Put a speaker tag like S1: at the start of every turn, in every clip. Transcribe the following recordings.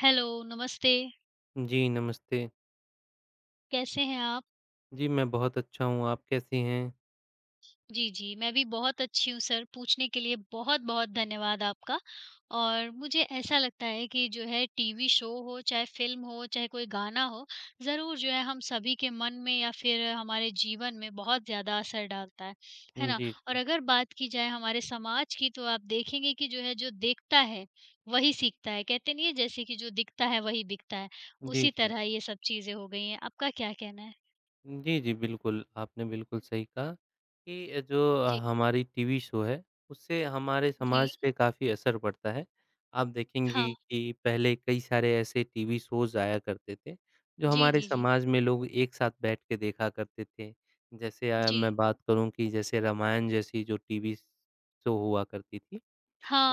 S1: Hello, नमस्ते,
S2: जी, नमस्ते।
S1: कैसे हैं आप?
S2: जी, मैं बहुत अच्छा हूँ, आप कैसी हैं?
S1: जी, जी, मैं भी बहुत अच्छी हूँ सर, पूछने के लिए बहुत-बहुत धन्यवाद आपका। और मुझे ऐसा लगता है कि जो है टीवी शो हो, चाहे फ़िल्म हो, चाहे कोई गाना हो, ज़रूर जो है हम सभी के मन में या फिर हमारे जीवन में बहुत ज़्यादा असर डालता है ना?
S2: जी,
S1: और
S2: जी।
S1: अगर बात की जाए हमारे समाज की तो आप देखेंगे कि जो है जो देखता है, वही सीखता है। कहते नहीं है जैसे कि जो दिखता है वही बिकता है,
S2: जी,
S1: उसी
S2: जी।
S1: तरह ये सब चीज़ें हो गई हैं। आपका क्या कहना है?
S2: जी, जी, बिल्कुल, आपने बिल्कुल सही कहा कि जो
S1: जी।
S2: हमारी टीवी शो है, उससे हमारे
S1: जी।
S2: समाज पे काफ़ी असर पड़ता है। आप
S1: हाँ,
S2: देखेंगे कि पहले कई सारे ऐसे टीवी शोज़ आया करते थे, जो
S1: जी,
S2: हमारे
S1: जी, जी।
S2: समाज में लोग एक साथ बैठ के देखा करते थे। जैसे
S1: जी।
S2: मैं बात करूँ कि जैसे रामायण जैसी जो टीवी शो हुआ करती थी।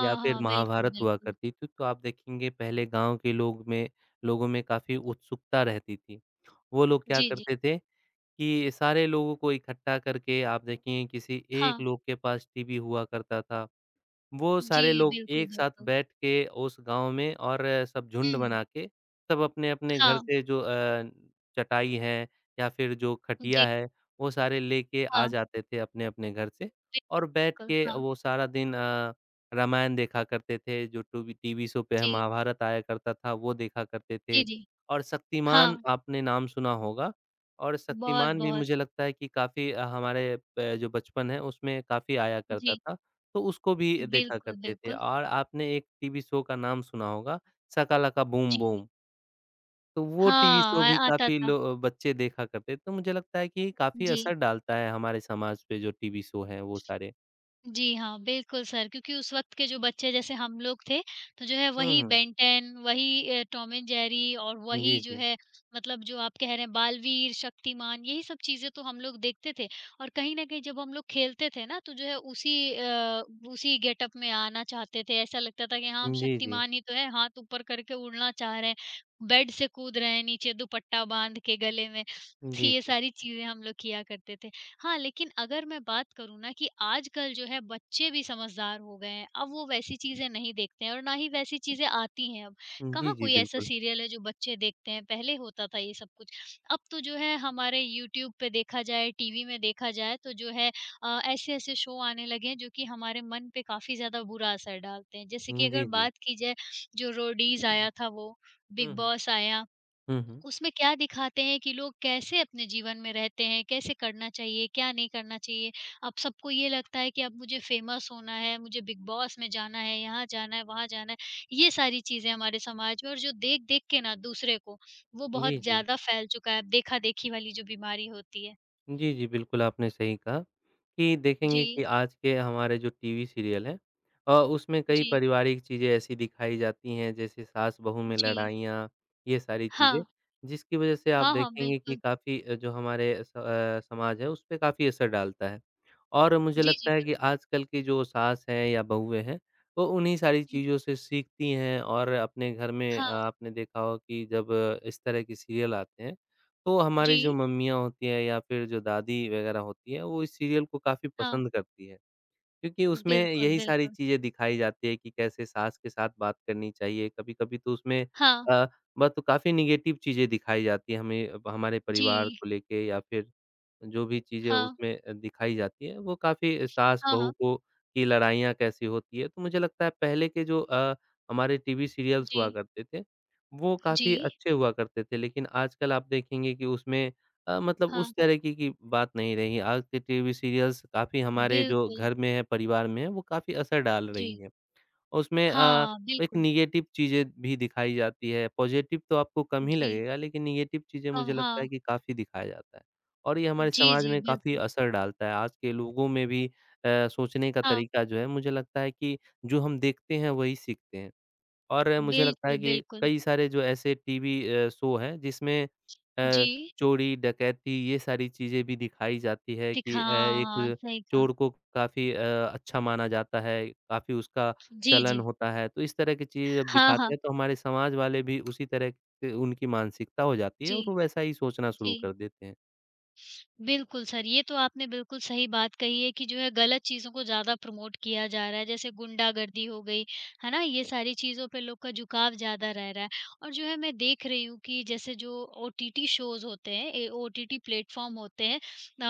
S2: या फिर
S1: हाँ, बिल्कुल,
S2: महाभारत हुआ
S1: बिल्कुल।
S2: करती थी, तो आप देखेंगे पहले गाँव के लोगों में काफ़ी उत्सुकता रहती थी। वो लोग क्या
S1: जी, जी।
S2: करते थे कि सारे लोगों को इकट्ठा करके आप देखेंगे किसी
S1: हाँ,
S2: एक लोग के पास टीवी हुआ करता था। वो
S1: जी,
S2: सारे लोग
S1: बिल्कुल,
S2: एक साथ
S1: बिल्कुल।
S2: बैठ के उस गाँव में और सब झुंड
S1: हुँ,
S2: बना के, सब अपने-अपने घर
S1: हाँ,
S2: से जो चटाई है या फिर जो खटिया
S1: जी,
S2: है, वो सारे लेके आ
S1: हाँ,
S2: जाते थे अपने-अपने घर से और बैठ
S1: बिल्कुल,
S2: के
S1: हाँ,
S2: वो सारा दिन रामायण देखा करते थे, जो टूवी टीवी शो पे है
S1: जी,
S2: महाभारत आया करता था, वो देखा करते
S1: जी,
S2: थे
S1: जी।
S2: और शक्तिमान
S1: हाँ,
S2: आपने नाम सुना होगा और शक्तिमान भी
S1: बहुत-बहुत,
S2: मुझे लगता है कि काफ़ी हमारे प जो बचपन है उसमें काफ़ी आया करता
S1: जी,
S2: था। तो उसको भी देखा
S1: बिल्कुल,
S2: करते थे
S1: बिल्कुल,
S2: और आपने एक टीवी शो का नाम सुना होगा, शाका लाका बूम
S1: जी।
S2: बूम। तो वो टीवी शो
S1: हाँ,
S2: भी
S1: आ आता
S2: काफ़ी
S1: था।
S2: लो बच्चे देखा करते। तो मुझे लगता है कि काफ़ी
S1: जी।
S2: असर डालता है हमारे समाज पे जो टीवी शो हैं वो सारे।
S1: जी हाँ, बिल्कुल सर, क्योंकि उस वक़्त के जो बच्चे जैसे हम लोग थे, तो जो है
S2: हुँ,
S1: वही
S2: हुँ।
S1: बेन टेन, वही टॉम एंड जेरी और
S2: जी,
S1: वही जो
S2: जी।
S1: है मतलब जो आप कह रहे हैं बालवीर, शक्तिमान यही सब चीज़ें तो हम लोग देखते थे। और कहीं न कहीं जब हम लोग खेलते थे ना, तो जो है उसी उसी गेटअप में आना चाहते थे। ऐसा लगता था कि हाँ, हम
S2: जी, जी।
S1: शक्तिमान ही तो हैं, हाथ ऊपर करके उड़ना चाह रहे हैं, बेड से कूद रहे हैं नीचे दुपट्टा बाँध के गले में। तो
S2: जी,
S1: ये
S2: जी।
S1: सारी चीज़ें हम लोग किया करते थे। हाँ, लेकिन अगर मैं बात करूँ ना कि आजकल जो है बच्चे भी समझदार हो गए हैं, अब वो वैसी चीज़ें नहीं देखते हैं और ना ही वैसी चीज़ें आती हैं अब।
S2: जी,
S1: कहाँ
S2: जी,
S1: कोई ऐसा
S2: बिल्कुल।
S1: सीरियल है जो बच्चे देखते हैं, पहले होता था ये सब कुछ। अब तो जो है हमारे यूट्यूब पे देखा जाए, टीवी में देखा जाए तो जो है ऐसे-ऐसे शो आने लगे हैं जो कि हमारे मन पे काफ़ी ज़्यादा बुरा असर डालते हैं। जैसे कि
S2: जी,
S1: अगर
S2: जी।
S1: बात की जाए जो रोडीज़ आया था वो,
S2: हुँ,
S1: बिग
S2: हुँ।
S1: बॉस आया
S2: हुँ, हुँ।
S1: उसमें क्या दिखाते हैं कि लोग कैसे अपने जीवन में रहते हैं, कैसे करना चाहिए, क्या नहीं करना चाहिए। अब सबको ये लगता है कि अब मुझे फेमस होना है, मुझे बिग बॉस में जाना है, यहाँ जाना है, वहाँ जाना है। ये सारी चीज़ें हमारे समाज में और जो देख-देख के ना दूसरे को, वो
S2: जी,
S1: बहुत
S2: जी।
S1: ज़्यादा फैल चुका है, देखा-देखी वाली जो बीमारी होती है।
S2: जी, जी, बिल्कुल आपने सही कहा कि देखेंगे कि
S1: जी,
S2: आज के हमारे जो टीवी सीरियल हैं उसमें कई
S1: जी,
S2: पारिवारिक चीज़ें ऐसी दिखाई जाती हैं जैसे सास-बहू में
S1: जी।
S2: लड़ाइयाँ, ये सारी
S1: हाँ।
S2: चीज़ें, जिसकी वज़ह से आप
S1: हाँ, हाँ,
S2: देखेंगे कि
S1: बिल्कुल।
S2: काफ़ी जो हमारे समाज है उस पे काफ़ी असर डालता है। और मुझे
S1: जी, जी,
S2: लगता है
S1: बिल्कुल।
S2: कि आजकल की जो सास हैं या बहुएँ हैं, वो उन्हीं सारी
S1: जी।
S2: चीज़ों से सीखती हैं और अपने घर में
S1: हाँ,
S2: आपने देखा होगा कि जब इस तरह के सीरियल आते हैं तो हमारी जो
S1: जी,
S2: मम्मियाँ होती हैं या फिर जो दादी वगैरह होती हैं, वो इस सीरियल को काफ़ी
S1: हाँ।
S2: पसंद करती हैं। क्योंकि उसमें
S1: बिल्कुल,
S2: यही सारी
S1: बिल्कुल।
S2: चीज़ें दिखाई जाती है कि कैसे सास के साथ बात करनी चाहिए। कभी-कभी तो उसमें
S1: हाँ,
S2: अ, बस तो काफ़ी नेगेटिव चीज़ें दिखाई जाती हैं हमें हमारे
S1: जी।
S2: परिवार को लेके या फिर जो भी चीज़ें
S1: हाँ,
S2: उसमें दिखाई जाती हैं, वो काफ़ी
S1: हाँ,
S2: सास-बहू
S1: हाँ।
S2: को की लड़ाइयाँ कैसी होती है, तो मुझे लगता है पहले के जो हमारे टीवी सीरियल्स हुआ
S1: जी,
S2: करते थे, वो
S1: जी।
S2: काफ़ी अच्छे हुआ करते थे। लेकिन आजकल आप देखेंगे कि उसमें मतलब
S1: हाँ,
S2: उस तरीके की बात नहीं रही। आज के टीवी सीरियल्स काफ़ी हमारे जो
S1: बिल्कुल,
S2: घर में है, परिवार में है, वो काफ़ी असर डाल
S1: जी।
S2: रही हैं। उसमें
S1: हाँ,
S2: एक
S1: बिल्कुल,
S2: नेगेटिव चीज़ें भी दिखाई जाती है, पॉज़िटिव तो आपको कम ही
S1: जी।
S2: लगेगा लेकिन नेगेटिव चीज़ें
S1: कम
S2: मुझे लगता है
S1: हाँ,
S2: कि काफ़ी दिखाया जाता है। और ये हमारे
S1: जी,
S2: समाज
S1: जी,
S2: में काफ़ी
S1: बिल्कुल।
S2: असर डालता है, आज के लोगों में भी सोचने का
S1: हाँ,
S2: तरीका जो है मुझे लगता है कि जो हम देखते हैं वही सीखते हैं। और मुझे लगता है
S1: बिल्कुल,
S2: कि
S1: बिल्कुल।
S2: कई सारे जो ऐसे टीवी शो हैं जिसमें अ,
S1: जी,
S2: चोरी, डकैती ये सारी चीज़ें भी दिखाई जाती है
S1: दिखा
S2: कि
S1: हाँ, हाँ,
S2: एक
S1: सही कहा।
S2: चोर को काफ़ी अच्छा माना जाता है, काफ़ी उसका
S1: जी,
S2: चलन
S1: जी।
S2: होता है। तो इस तरह की चीज़ जब
S1: हाँ,
S2: दिखाते
S1: हाँ।
S2: हैं तो हमारे समाज वाले भी उसी तरह से उनकी मानसिकता हो जाती है
S1: जी,
S2: और वो वैसा ही सोचना शुरू
S1: जी।
S2: कर देते हैं।
S1: बिल्कुल सर, ये तो आपने बिल्कुल सही बात कही है कि जो है गलत चीज़ों को ज़्यादा प्रमोट किया जा रहा है, जैसे गुंडागर्दी हो गई, है ना? ये सारी चीज़ों पे लोग का झुकाव ज़्यादा रह रहा है और जो है मैं देख रही हूँ कि जैसे जो ओटीटी शोज़ होते हैं, ए ओटीटी प्लेटफ़ॉर्म होते हैं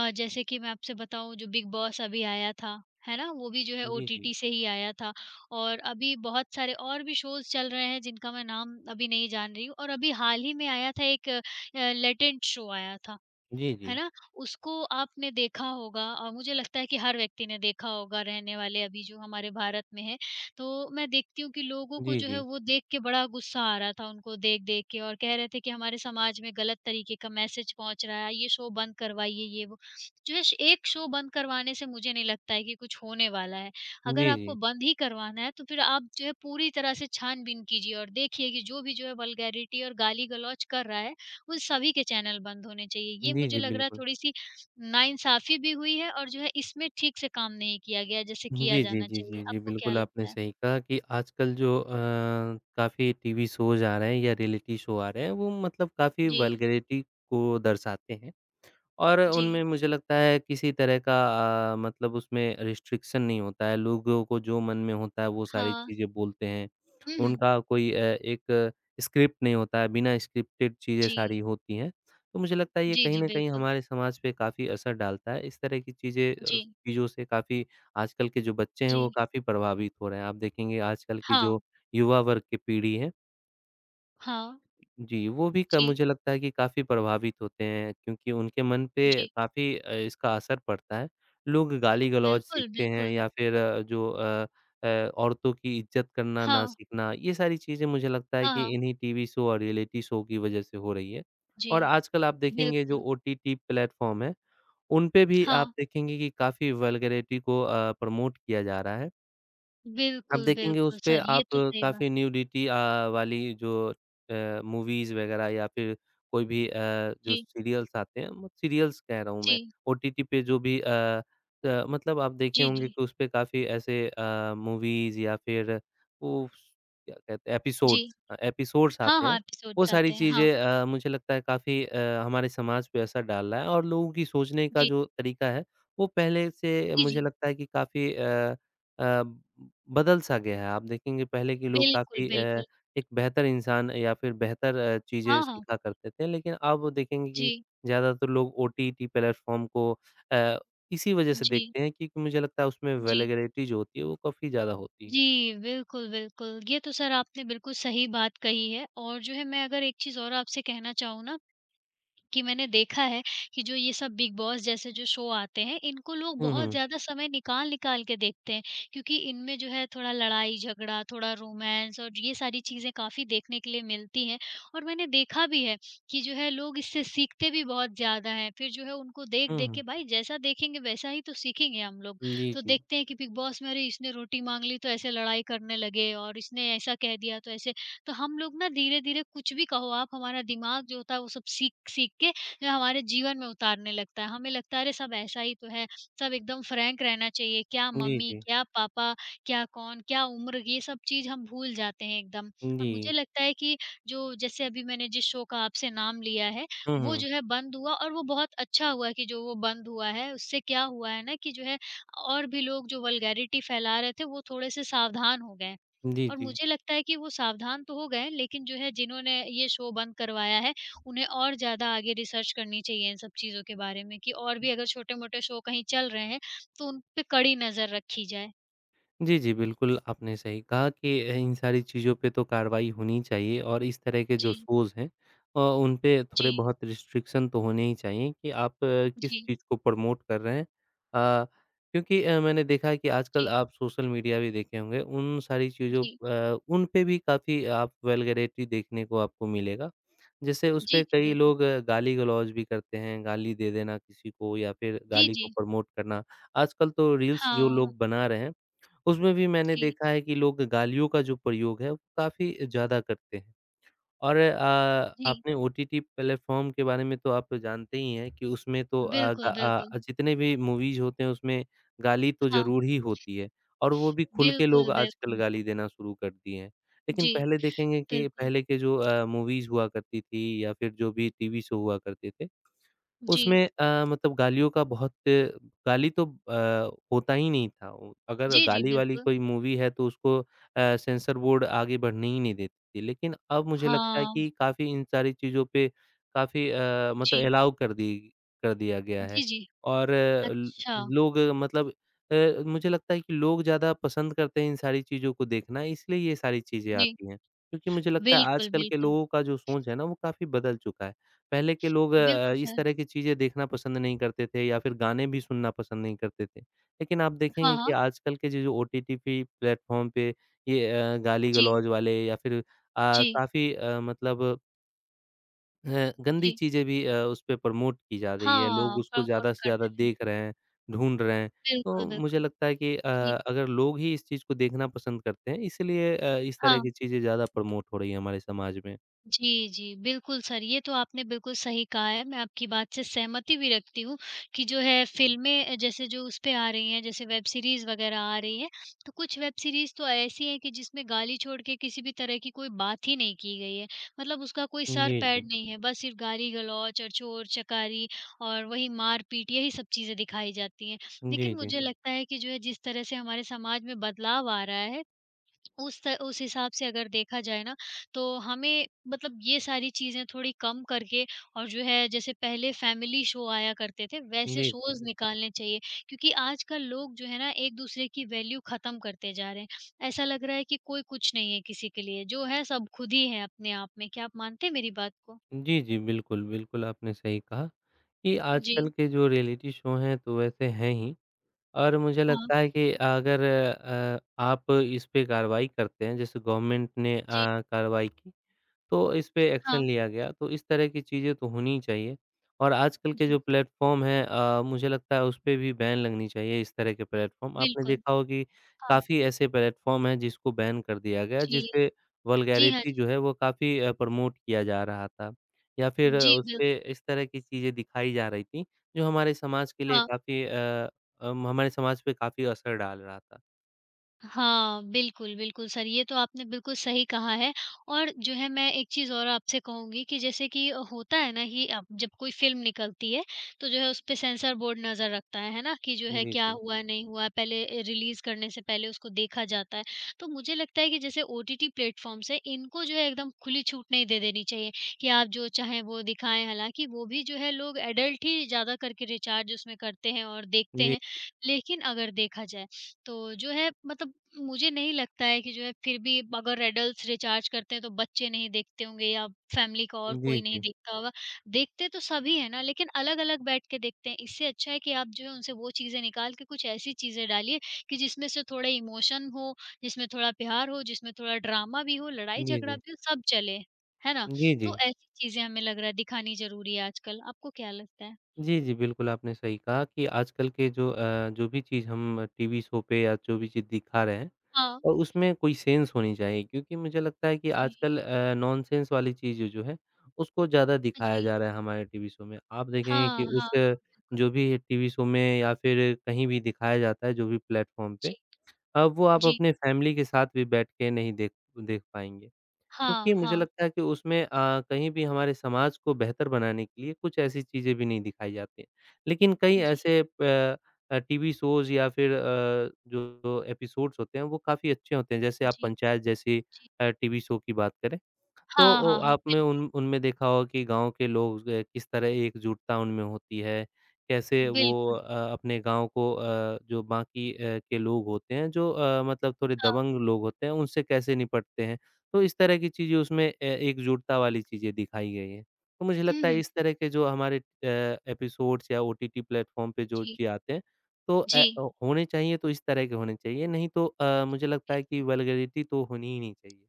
S1: जैसे कि मैं आपसे बताऊँ जो बिग बॉस अभी आया था, है ना? वो भी जो है
S2: जी, जी।
S1: ओटीटी से ही आया था और अभी बहुत सारे और भी शोज़ चल रहे हैं जिनका मैं नाम अभी नहीं जान रही हूँ और अभी हाल ही में आया था एक लेटेंट शो आया था।
S2: जी,
S1: है
S2: जी।
S1: ना? उसको आपने देखा होगा मुझे लगता है कि हर व्यक्ति ने देखा होगा रहने वाले अभी जो हमारे भारत में है। तो मैं देखती हूँ कि लोगों को
S2: जी,
S1: जो है
S2: जी।
S1: वो देख के बड़ा गुस्सा आ रहा था उनको देख-देख के और कह रहे थे कि हमारे समाज में गलत तरीके का मैसेज पहुँच रहा है, ये शो बंद करवाइए, ये वो। जो है श एक शो बंद करवाने से मुझे नहीं लगता है कि कुछ होने वाला है। अगर
S2: जी,
S1: आपको
S2: जी।
S1: बंद ही करवाना है तो फिर आप जो है पूरी तरह से छान-बीन कीजिए और देखिए कि जो भी जो है वल्गैरिटी और गाली-गलौच कर रहा है वो सभी के चैनल बंद होने चाहिए। ये
S2: जी,
S1: मुझे
S2: जी,
S1: लग रहा है
S2: बिल्कुल।
S1: थोड़ी-सी नाइंसाफ़ी भी हुई है और जो है इसमें ठीक से काम नहीं किया गया जैसे किया
S2: जी, जी,
S1: जाना
S2: जी,
S1: चाहिए।
S2: जी, जी।
S1: आपको क्या
S2: बिल्कुल, आपने
S1: लगता है?
S2: सही कहा कि आजकल जो काफ़ी टीवी शोज़ आ रहे हैं या रियलिटी शो आ रहे हैं, वो मतलब काफ़ी
S1: जी,
S2: वल्गैरिटी को दर्शाते हैं। और उनमें
S1: जी।
S2: मुझे लगता है किसी तरह का मतलब उसमें रिस्ट्रिक्शन नहीं होता है, लोगों को जो मन में होता है वो सारी
S1: हाँ।
S2: चीज़ें बोलते हैं।
S1: हुँ, हुँ।
S2: उनका कोई एक स्क्रिप्ट नहीं होता है, बिना स्क्रिप्टेड चीज़ें सारी
S1: जी।
S2: होती हैं। तो मुझे लगता है ये
S1: जी,
S2: कहीं
S1: जी,
S2: न कहीं
S1: बिल्कुल।
S2: हमारे समाज पे काफ़ी असर डालता है, इस तरह की
S1: जी,
S2: चीज़ों से काफ़ी आजकल के जो बच्चे हैं
S1: जी।
S2: वो काफ़ी प्रभावित हो रहे हैं। आप देखेंगे आजकल की
S1: हाँ,
S2: जो युवा वर्ग की पीढ़ी है
S1: हाँ।
S2: जी, वो भी क
S1: जी,
S2: मुझे लगता है कि काफ़ी प्रभावित होते हैं क्योंकि उनके मन पे
S1: जी।
S2: काफ़ी इसका असर पड़ता है। लोग गाली-गलौज
S1: बिल्कुल,
S2: सीखते हैं
S1: बिल्कुल।
S2: या फिर अ, औरतों की इज़्ज़त करना ना
S1: हाँ,
S2: सीखना, ये सारी चीज़ें मुझे लगता है
S1: हाँ,
S2: कि
S1: हाँ।
S2: इन्हीं टीवी शो और रियलिटी शो की वज़ह से हो रही है।
S1: जी,
S2: और आजकल आप देखेंगे जो
S1: बिल्कुल।
S2: ओटीटी प्लेटफ़ॉर्म है, उन पे भी आप
S1: हाँ,
S2: देखेंगे कि काफ़ी वल्गैरिटी को प्रमोट किया जा रहा है। आप
S1: बिल्कुल,
S2: देखेंगे
S1: बिल्कुल
S2: उसपे
S1: सर, ये
S2: आप
S1: तो सही बात।
S2: काफ़ी न्यूडिटी वाली जो मूवीज़ वग़ैरह या फिर कोई भी जो
S1: जी,
S2: सीरियल्स आते हैं म सीरियल्स कह रहा हूँ मैं,
S1: जी,
S2: ओटीटी पे जो भी मतलब आप देखे
S1: जी,
S2: होंगे
S1: जी,
S2: कि उसपे काफ़ी ऐसे मूवीज़ या फिर वो क्या कहते हैं
S1: जी।
S2: एपिसोड्स
S1: हाँ,
S2: आते
S1: हाँ,
S2: हैं। वो
S1: एपिसोड्स
S2: सारी
S1: आते हैं। हाँ।
S2: चीज़ें मुझे लगता है काफ़ी हमारे समाज पे असर डाल रहा है और लोगों की सोचने का
S1: जी,
S2: जो तरीका है, वो पहले से
S1: जी,
S2: मुझे
S1: जी।
S2: लगता है कि काफ़ी अ, बदल सा गया है। आप देखेंगे पहले के लोग
S1: बिल्कुल,
S2: काफ़ी
S1: बिल्कुल।
S2: एक बेहतर इंसान या फिर बेहतर चीज़ें
S1: हाँ, हाँ।
S2: सीखा करते थे, लेकिन अब देखेंगे कि
S1: जी,
S2: ज़्यादातर लोग ओटीटी प्लेटफ़ॉर्म को अ, इसी वजह से
S1: जी,
S2: देखते हैं क्योंकि मुझे लगता है उसमें
S1: जी।
S2: वल्गैरिटी जो होती है वो काफ़ी ज़्यादा होती है।
S1: जी, बिल्कुल, बिल्कुल। ये तो सर आपने बिल्कुल सही बात कही है और जो है मैं अगर एक चीज़ और आपसे कहना चाहूँ ना कि मैंने देखा है कि जो ये सब बिग बॉस जैसे जो शो आते हैं, इनको लोग
S2: हुँ,
S1: बहुत
S2: हुँ।
S1: ज़्यादा समय निकाल-निकाल के देखते हैं क्योंकि इनमें जो है थोड़ा लड़ाई-झगड़ा, थोड़ा रोमांस और ये सारी चीज़ें काफ़ी देखने के लिए मिलती हैं और मैंने देखा भी है कि जो है लोग इससे सीखते भी बहुत ज़्यादा हैं। फिर जो है उनको
S2: हुँ,
S1: देख-देख
S2: हुँ।
S1: के भाई जैसा देखेंगे वैसा ही तो सीखेंगे हम लोग।
S2: जी,
S1: तो
S2: जी।
S1: देखते हैं कि बिग बॉस में अरे इसने रोटी माँग ली तो ऐसे लड़ाई करने लगे और इसने ऐसा कह दिया तो ऐसे तो हम लोग ना धीरे-धीरे कुछ भी कहो आप, हमारा दिमाग जो होता है वो सब सीख सीख के जो हमारे जीवन में उतारने लगता है। हमें लगता है अरे सब ऐसा ही तो है, सब एकदम फ्रैंक रहना चाहिए, क्या
S2: जी,
S1: मम्मी,
S2: जी।
S1: क्या पापा, क्या कौन, क्या उम्र, ये सब चीज़ हम भूल जाते हैं एकदम। और
S2: जी।
S1: मुझे लगता है कि जो जैसे अभी मैंने जिस शो का आपसे नाम लिया है,
S2: हुँ,
S1: वो
S2: हुँ।
S1: जो है बंद हुआ और वो बहुत अच्छा हुआ कि जो वो बंद हुआ है। उससे क्या हुआ है ना कि जो है और भी लोग जो वल्गैरिटी फैला रहे थे, वो थोड़े से सावधान हो गए हैं।
S2: जी,
S1: और
S2: जी।
S1: मुझे लगता है कि वो सावधान तो हो गए हैं, लेकिन जो है जिन्होंने ये शो बंद करवाया है, उन्हें और ज़्यादा आगे रिसर्च करनी चाहिए इन सब चीज़ों के बारे में कि और भी अगर छोटे-मोटे शो कहीं चल रहे हैं, तो उन पे कड़ी नज़र रखी जाए।
S2: जी, जी, बिल्कुल, आपने सही कहा कि इन सारी चीज़ों पे तो कार्रवाई होनी चाहिए और इस तरह के जो
S1: जी,
S2: शोज़ हैं उन पे
S1: जी,
S2: थोड़े बहुत रिस्ट्रिक्शन तो होने ही चाहिए कि आप किस
S1: जी,
S2: चीज़ को प्रमोट कर रहे हैं। क्योंकि मैंने देखा है कि आजकल
S1: जी,
S2: आप सोशल मीडिया भी देखे होंगे, उन सारी
S1: जी।
S2: उन पे भी काफ़ी आप वल्गैरिटी देखने को आपको मिलेगा। जैसे उस
S1: जी,
S2: पे
S1: जी,
S2: कई
S1: बिल्कुल।
S2: लोग गाली-गलौज भी करते हैं, गाली दे देना किसी को या फिर
S1: जी,
S2: गाली को
S1: जी।
S2: प्रमोट करना। आजकल तो रील्स जो
S1: हाँ।
S2: लोग बना रहे हैं उसमें भी मैंने
S1: जी,
S2: देखा है कि लोग गालियों का जो प्रयोग है, वो काफ़ी ज़्यादा करते हैं और
S1: जी।
S2: आपने ओटीटी प्लेटफ़ॉर्म के बारे में तो आप जानते ही हैं कि उसमें तो
S1: बिल्कुल, बिल्कुल।
S2: जितने भी मूवीज़ होते हैं, उसमें गाली तो
S1: हाँ,
S2: ज़रूर ही होती है और वो भी खुल के लोग
S1: बिल्कुल,
S2: आजकल
S1: बिल्कुल।
S2: गाली देना शुरू कर दिए हैं। लेकिन
S1: जी,
S2: पहले देखेंगे कि
S1: बिल्कुल।
S2: पहले के जो मूवीज़ हुआ करती थी या फिर जो भी टीवी शो हुआ करते थे
S1: जी।
S2: उसमें मतलब गालियों का बहुत गाली तो होता ही नहीं था। वो अगर
S1: जी, जी,
S2: गाली वाली
S1: बिल्कुल।
S2: कोई मूवी है तो उसको सेंसर बोर्ड आगे बढ़ने ही नहीं देती थी। लेकिन अब मुझे लगता है
S1: हाँ।
S2: कि काफ़ी इन सारी चीज़ों पे काफ़ी मतलब
S1: जी।
S2: एलाउ कर दिया गया है
S1: जी, जी।
S2: और ल
S1: अच्छा।
S2: लोग मतलब मुझे लगता है कि लोग ज़्यादा पसंद करते हैं इन सारी चीज़ों को देखना इसलिए ये सारी चीज़ें
S1: जी।
S2: आती हैं। क्योंकि मुझे लगता है
S1: बिल्कुल,
S2: आजकल के
S1: बिल्कुल।
S2: लोगों का जो सोच है ना वो काफ़ी बदल चुका है। पहले के लोग
S1: बिल्कुल
S2: इस
S1: सर।
S2: तरह की चीज़ें देखना पसंद नहीं करते थे या फिर गाने भी सुनना पसंद नहीं करते थे। लेकिन आप
S1: हाँ,
S2: देखेंगे कि
S1: हाँ।
S2: आजकल के जो जो ओटीटी पे प्लेटफ़ॉर्म पे ये
S1: जी,
S2: गाली-गलौज वाले या फिर
S1: जी,
S2: काफ़ी मतलब गंदी
S1: जी।
S2: चीज़ें भी उस पे प्रमोट की जा रही है। लोग
S1: हाँ,
S2: उसको ज़्यादा
S1: प्रमोट
S2: से ज़्यादा
S1: करने लगे।
S2: देख रहे हैं, ढूँढ रहे हैं। तो
S1: बिल्कुल,
S2: मुझे
S1: बिल्कुल।
S2: लगता है कि
S1: जी,
S2: अगर लोग ही इस चीज़ को देखना पसंद करते हैं इसलिए इस तरह की
S1: हाँ।
S2: चीज़ें ज़्यादा प्रमोट हो रही हैं हमारे समाज में।
S1: जी, जी। बिल्कुल सर, ये तो आपने बिल्कुल सही कहा है। मैं आपकी बात से सहमति भी रखती हूँ कि जो है फ़िल्में जैसे जो उस पे आ रही हैं, जैसे वेब सीरीज़ वग़ैरह आ रही हैं, तो कुछ वेब सीरीज़ तो ऐसी हैं कि जिसमें गाली छोड़ के किसी भी तरह की कोई बात ही नहीं की गई है। मतलब उसका कोई
S2: जी,
S1: सर-पैर
S2: जी।
S1: हुँ। नहीं है, बस सिर्फ़ गाली-गलौच और चोर-चकारी और वही मार-पीट यही सब चीज़ें दिखाई जाती हैं।
S2: जी,
S1: लेकिन
S2: जी।
S1: मुझे लगता है कि जो है जिस तरह से हमारे समाज में बदलाव आ रहा है, उस त उस हिसाब से अगर देखा जाए ना, तो हमें मतलब ये सारी चीज़ें थोड़ी कम करके और जो है जैसे पहले फैमिली शो आया करते थे, वैसे
S2: जी, जी।
S1: शोज़ निकालने चाहिए। क्योंकि आजकल लोग जो है ना एक-दूसरे की वैल्यू ख़त्म करते जा रहे हैं। ऐसा लग रहा है कि कोई कुछ नहीं है किसी के लिए, जो है सब खुद ही है अपने आप में। क्या आप मानते हैं मेरी बात को?
S2: जी, जी। बिल्कुल, बिल्कुल आपने सही कहा कि आजकल
S1: जी,
S2: के जो रियलिटी शो हैं तो वैसे हैं ही और मुझे
S1: हाँ,
S2: लगता है कि अगर आप इस पे कार्रवाई करते हैं जैसे गवर्नमेंट ने
S1: जी,
S2: कार्रवाई की तो इस पे एक्शन
S1: हाँ,
S2: लिया गया, तो इस तरह की चीज़ें तो होनी चाहिए और आजकल के जो
S1: जी,
S2: प्लेटफ़ॉर्म हैं मुझे लगता है उस पे भी बैन लगनी चाहिए इस तरह के प्लेटफ़ॉर्म। आपने
S1: बिल्कुल।
S2: देखा हो कि
S1: हाँ,
S2: काफ़ी ऐसे प्लेटफ़ॉर्म हैं जिसको बैन कर दिया गया,
S1: जी,
S2: जिसपे
S1: जी हाँ,
S2: वल्गैरिटी
S1: जी,
S2: जो है वो काफ़ी प्रमोट किया जा रहा था या फिर
S1: जी
S2: उस
S1: बिल्कुल,
S2: पे इस तरह की चीज़ें दिखाई जा रही थी, जो हमारे समाज के लिए
S1: हाँ।
S2: काफ़ी हमारे समाज पे काफ़ी असर डाल रहा था।
S1: हाँ, बिल्कुल, बिल्कुल सर, ये तो आपने बिल्कुल सही कहा है और जो है मैं एक चीज़ और आपसे कहूँगी कि जैसे कि होता है ना कि अब जब कोई फ़िल्म निकलती है, तो जो है उसपे सेंसर बोर्ड नज़र रखता है ना? कि जो है
S2: जी,
S1: क्या
S2: जी।
S1: हुआ, नहीं हुआ, पहले रिलीज़ करने से पहले उसको देखा जाता है। तो मुझे लगता है कि जैसे ओटीटी प्लेटफ़ॉर्म्स हैं, इनको जो है एकदम खुली छूट नहीं दे देनी चाहिए कि आप जो चाहें वो दिखाएँ, हालाँकि वो भी जो है लोग एडल्ट ही ज़्यादा करके रिचार्ज उसमें करते हैं और देखते
S2: जी,
S1: हैं। लेकिन अगर देखा जाए तो जो है मतलब मुझे नहीं लगता है कि जो है फिर भी अगर एडल्ट्स रिचार्ज करते हैं तो बच्चे नहीं देखते होंगे या फैमिली का और
S2: जी,
S1: कोई नहीं
S2: जी।
S1: देखता होगा। देखते तो सभी हैं ना लेकिन अलग-अलग बैठ के देखते हैं। इससे अच्छा है कि आप जो है उनसे वो चीज़ें निकाल के कुछ ऐसी चीज़ें डालिए कि जिसमें से थोड़ा इमोशन हो, जिसमें थोड़ा प्यार हो, जिसमें थोड़ा ड्रामा भी हो,
S2: जी,
S1: लड़ाई-झगड़ा
S2: जी।
S1: भी हो, सब चले। है ना?
S2: जी,
S1: तो
S2: जी।
S1: ऐसी चीज़ें हमें लग रहा है दिखानी ज़रूरी है आजकल। आपको क्या लगता है?
S2: जी, जी, बिल्कुल आपने सही कहा कि आजकल के जो जो भी चीज़ हम टीवी शो पे या जो भी चीज़ दिखा रहे हैं
S1: हाँ।
S2: और उसमें कोई सेंस होनी चाहिए क्योंकि मुझे लगता है कि
S1: जी।
S2: आजकल नॉनसेंस वाली चीज़ जो है, उसको ज़्यादा दिखाया
S1: जी।
S2: जा रहा है हमारे टीवी शो में। आप देखेंगे
S1: हाँ,
S2: कि
S1: हाँ, हाँ, बिल्कुल।
S2: जो भी टीवी शो में या फिर कहीं भी दिखाया जाता है, जो भी प्लेटफ़ॉर्म पे,
S1: जी,
S2: अब वो आप
S1: जी।
S2: अपने फैमिली के साथ भी बैठ के नहीं देख देख पाएँगे। क्योंकि
S1: हाँ,
S2: मुझे
S1: हाँ।
S2: लगता है कि उसमें कहीं भी हमारे समाज को बेहतर बनाने के लिए कुछ ऐसी चीज़ें भी नहीं दिखाई जाती हैं। लेकिन कई
S1: जी,
S2: ऐसे टीवी शोज़ या फिर जो एपिसोड्स होते हैं वो काफ़ी अच्छे होते हैं। जैसे आप
S1: जी,
S2: पंचायत जैसी
S1: जी।
S2: टीवी शो की बात करें तो
S1: हाँ,
S2: ओ
S1: हाँ, हाँ।
S2: आपने
S1: बिल्कुल,
S2: उन उनमें देखा होगा कि गाँव के लोग किस तरह एकजुटता उनमें होती है। कैसे वो
S1: बिल्कुल। बिल्कुल,
S2: अपने गाँव को जो बाकी के लोग होते हैं जो मतलब थोड़े
S1: हाँ।
S2: दबंग लोग होते हैं उनसे कैसे निपटते हैं। तो इस तरह की चीज़ें उसमें एकजुटता वाली चीज़ें दिखाई गई हैं। तो मुझे
S1: हुँ,
S2: लगता है
S1: हुँ।
S2: इस तरह के जो हमारे एपिसोड्स या ओटीटी प्लेटफ़ॉर्म पे जो
S1: जी,
S2: चीज़ आते हैं तो
S1: जी।
S2: अ, ओ होने चाहिए तो इस तरह के होने चाहिए। नहीं तो मुझे लगता है कि
S1: बिल्कुल।
S2: वल्गैरिटी तो होनी ही नहीं चाहिए।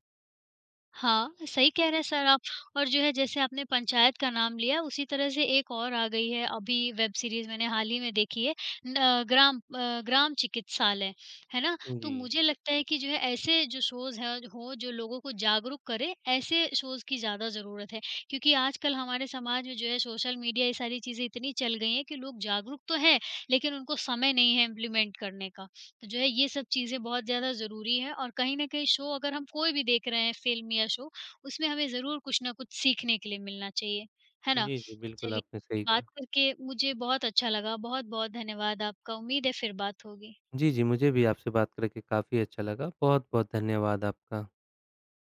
S1: हाँ, सही कह रहे हैं सर आप और जो है जैसे आपने पंचायत का नाम लिया, उसी तरह से एक और आ गई है अभी वेब सीरीज़ मैंने हाल ही में देखी है न अ, ग्राम अ, ग्राम चिकित्सालय, है ना? तो
S2: जी।
S1: मुझे लगता है कि जो है ऐसे जो शोज़ हैं हो जो लोगों को जागरूक करें, ऐसे शोज़ की ज़्यादा ज़रूरत है। क्योंकि आजकल हमारे समाज में जो है सोशल मीडिया ये सारी चीज़ें इतनी चल गई हैं कि लोग जागरूक तो हैं, लेकिन उनको समय नहीं है इम्प्लीमेंट करने का। तो जो है ये सब चीज़ें बहुत ज़्यादा ज़रूरी है और कहीं न कहीं शो अगर हम कोई भी देख रहे हैं फ़िल्म या शो, उसमें हमें ज़रूर कुछ न कुछ सीखने के लिए मिलना चाहिए। है ना?
S2: जी, जी, बिल्कुल
S1: चलिए,
S2: आपने सही
S1: बात
S2: कहा।
S1: करके मुझे बहुत अच्छा लगा। बहुत-बहुत धन्यवाद आपका। उम्मीद है फिर बात होगी।
S2: जी, जी, मुझे भी आपसे बात करके काफ़ी अच्छा लगा। बहुत-बहुत धन्यवाद आपका।